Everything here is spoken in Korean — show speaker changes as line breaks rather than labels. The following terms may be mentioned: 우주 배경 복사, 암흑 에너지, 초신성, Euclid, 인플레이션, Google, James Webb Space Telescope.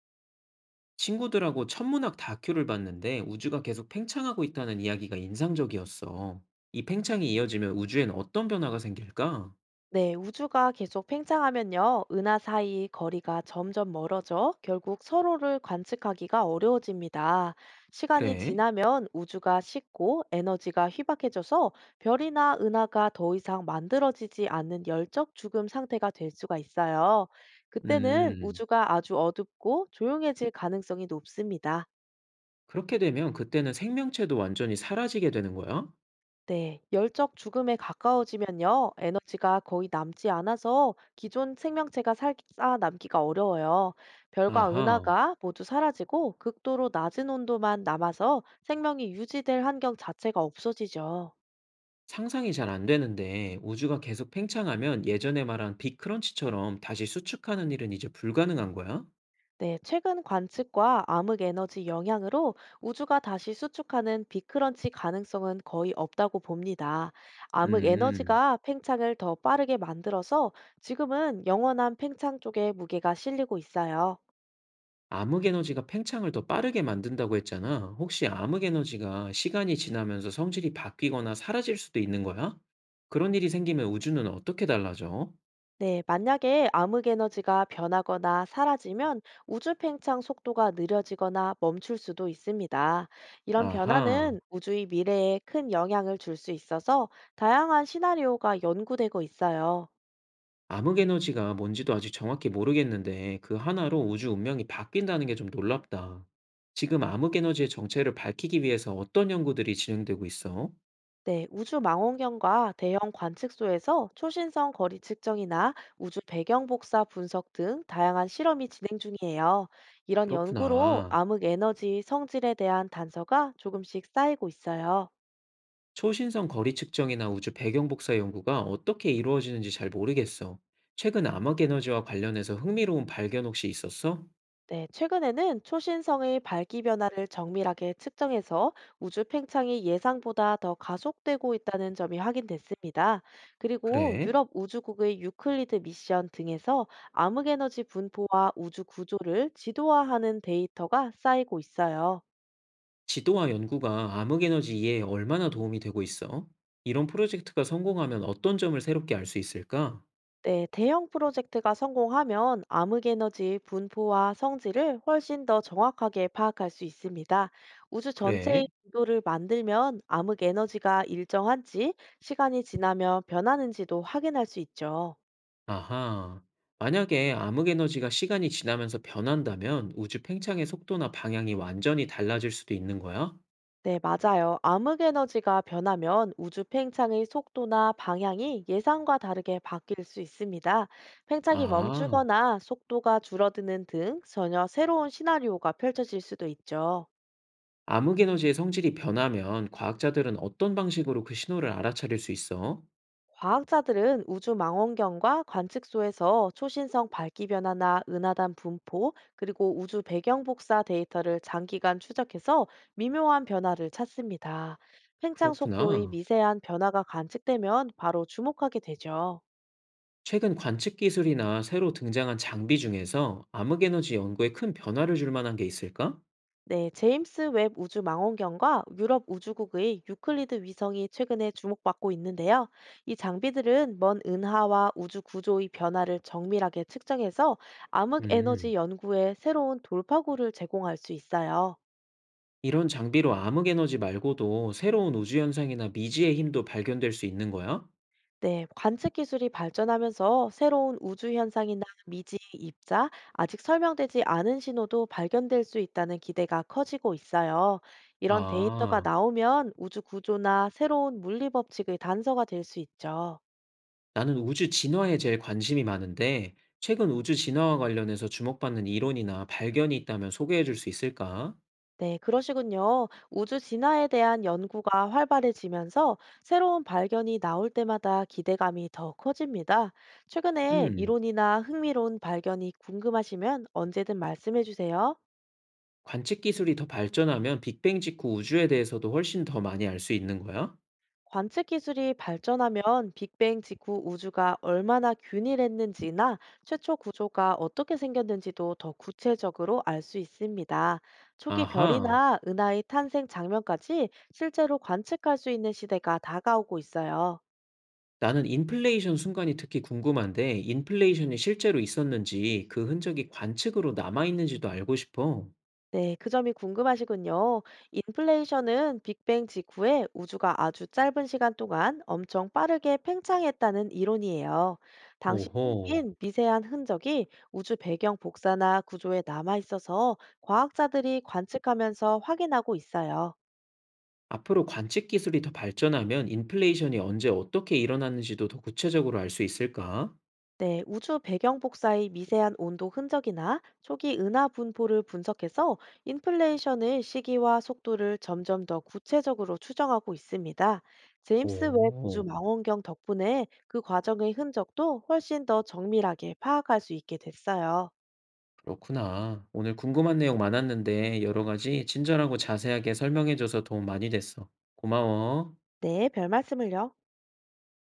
친구들하고 천문학 다큐를 봤는데 우주가 계속 팽창하고 있다는 이야기가 인상적이었어. 이 팽창이 이어지면 우주엔 어떤 변화가 생길까?
네, 우주가 계속 팽창하면요, 은하 사이 거리가 점점 멀어져 결국 서로를 관측하기가 어려워집니다. 시간이
그래?
지나면 우주가 식고 에너지가 희박해져서 별이나 은하가 더 이상 만들어지지 않는 열적 죽음 상태가 될 수가 있어요. 그때는
음,
우주가 아주 어둡고 조용해질 가능성이 높습니다.
그렇게 되면 그때는 생명체도 완전히 사라지게 되는 거야?
네, 열적 죽음에 가까워지면요, 에너지가 거의 남지 않아서 기존 생명체가 살, 쌓아 남기가 어려워요. 별과
아하,
은하가 모두 사라지고 극도로 낮은 온도만 남아서 생명이 유지될 환경 자체가 없어지죠.
상상이 잘 안 되는데 우주가 계속 팽창하면 예전에 말한 빅크런치처럼 다시 수축하는 일은 이제 불가능한 거야?
네, 최근 관측과 암흑 에너지 영향으로 우주가 다시 수축하는 빅크런치 가능성은 거의 없다고 봅니다. 암흑
음.
에너지가 팽창을 더 빠르게 만들어서 지금은 영원한 팽창 쪽에 무게가 실리고 있어요.
암흑 에너지가 팽창을 더 빠르게 만든다고 했잖아. 혹시 암흑 에너지가 시간이 지나면서 성질이 바뀌거나 사라질 수도 있는 거야? 그런 일이 생기면 우주는 어떻게 달라져?
네, 만약에 암흑 에너지가 변하거나 사라지면 우주 팽창 속도가 느려지거나 멈출 수도 있습니다. 이런
아하,
변화는 우주의 미래에 큰 영향을 줄 수 있어서 다양한 시나리오가 연구되고 있어요.
암흑 에너지가 뭔지도 아직 정확히 모르겠는데 그 하나로 우주 운명이 바뀐다는 게 좀 놀랍다. 지금 암흑 에너지의 정체를 밝히기 위해서 어떤 연구들이 진행되고 있어?
네, 우주 망원경과 대형 관측소에서 초신성 거리 측정이나 우주 배경 복사 분석 등 다양한 실험이 진행 중이에요. 이런 연구로
그렇구나.
암흑 에너지 성질에 대한 단서가 조금씩 쌓이고 있어요.
초신성 거리 측정이나 우주 배경 복사 연구가 어떻게 이루어지는지 잘 모르겠어. 최근 암흑 에너지와 관련해서 흥미로운 발견 혹시 있었어?
네, 최근에는 초신성의 밝기 변화를 정밀하게 측정해서 우주 팽창이 예상보다 더 가속되고 있다는 점이 확인됐습니다. 그리고
그래?
유럽 우주국의 유클리드 미션 등에서 암흑에너지 분포와 우주 구조를 지도화하는 데이터가 쌓이고 있어요.
지도와 연구가 암흑 에너지 이해에 얼마나 도움이 되고 있어? 이런 프로젝트가 성공하면 어떤 점을 새롭게 알 수 있을까?
네, 대형 프로젝트가 성공하면 암흑에너지 분포와 성질을 훨씬 더 정확하게 파악할 수 있습니다. 우주 전체의
그래?
구도를 만들면 암흑에너지가 일정한지, 시간이 지나면 변하는지도 확인할 수 있죠.
아하. 만약에 암흑 에너지가 시간이 지나면서 변한다면 우주 팽창의 속도나 방향이 완전히 달라질 수도 있는 거야?
네, 맞아요. 암흑에너지가 변하면 우주 팽창의 속도나 방향이 예상과 다르게 바뀔 수 있습니다. 팽창이
아.
멈추거나 속도가 줄어드는 등 전혀 새로운 시나리오가 펼쳐질 수도 있죠.
암흑 에너지의 성질이 변하면 과학자들은 어떤 방식으로 그 신호를 알아차릴 수 있어?
과학자들은 우주 망원경과 관측소에서 초신성 밝기 변화나 은하단 분포, 그리고 우주 배경 복사 데이터를 장기간 추적해서 미묘한 변화를 찾습니다. 팽창 속도의
그렇구나.
미세한 변화가 관측되면 바로 주목하게 되죠.
최근 관측 기술이나 새로 등장한 장비 중에서 암흑 에너지 연구에 큰 변화를 줄 만한 게 있을까?
네, 제임스 웹 우주 망원경과 유럽 우주국의 유클리드 위성이 최근에 주목받고 있는데요. 이 장비들은 먼 은하와 우주 구조의 변화를 정밀하게 측정해서 암흑 에너지
음.
연구에 새로운 돌파구를 제공할 수 있어요.
이런 장비로 암흑 에너지 말고도 새로운 우주 현상이나 미지의 힘도 발견될 수 있는 거야?
네, 관측 기술이 발전하면서 새로운 우주 현상이나 미지, 입자, 아직 설명되지 않은 신호도 발견될 수 있다는 기대가 커지고 있어요. 이런 데이터가
아,
나오면 우주 구조나 새로운 물리 법칙의 단서가 될 수 있죠.
나는 우주 진화에 제일 관심이 많은데, 최근 우주 진화와 관련해서 주목받는 이론이나 발견이 있다면 소개해 줄 수 있을까?
네, 그러시군요. 우주 진화에 대한 연구가 활발해지면서 새로운 발견이 나올 때마다 기대감이 더 커집니다. 최근에
음.
이론이나 흥미로운 발견이 궁금하시면 언제든 말씀해 주세요.
관측 기술이 더 발전하면 빅뱅 직후 우주에 대해서도 훨씬 더 많이 알 수 있는 거야?
관측 기술이 발전하면 빅뱅 직후 우주가 얼마나 균일했는지나 최초 구조가 어떻게 생겼는지도 더 구체적으로 알 수 있습니다. 초기
아하.
별이나 은하의 탄생 장면까지 실제로 관측할 수 있는 시대가 다가오고 있어요.
나는 인플레이션 순간이 특히 궁금한데, 인플레이션이 실제로 있었는지, 그 흔적이 관측으로 남아있는지도 알고 싶어.
네, 그 점이 궁금하시군요. 인플레이션은 빅뱅 직후에 우주가 아주 짧은 시간 동안 엄청 빠르게 팽창했다는 이론이에요. 당시
오호.
생긴 미세한 흔적이 우주 배경 복사나 구조에 남아 있어서 과학자들이 관측하면서 확인하고 있어요.
앞으로 관측 기술이 더 발전하면 인플레이션이 언제 어떻게 일어났는지도 더 구체적으로 알 수 있을까?
네, 우주 배경 복사의 미세한 온도 흔적이나 초기 은하 분포를 분석해서 인플레이션의 시기와 속도를 점점 더 구체적으로 추정하고 있습니다. 제임스 웹 우주
오,
망원경 덕분에 그 과정의 흔적도 훨씬 더 정밀하게 파악할 수 있게 됐어요.
그렇구나. 오늘 궁금한 내용 많았는데, 여러 가지 친절하고 자세하게 설명해줘서 도움 많이 됐어. 고마워.
네, 별 말씀을요.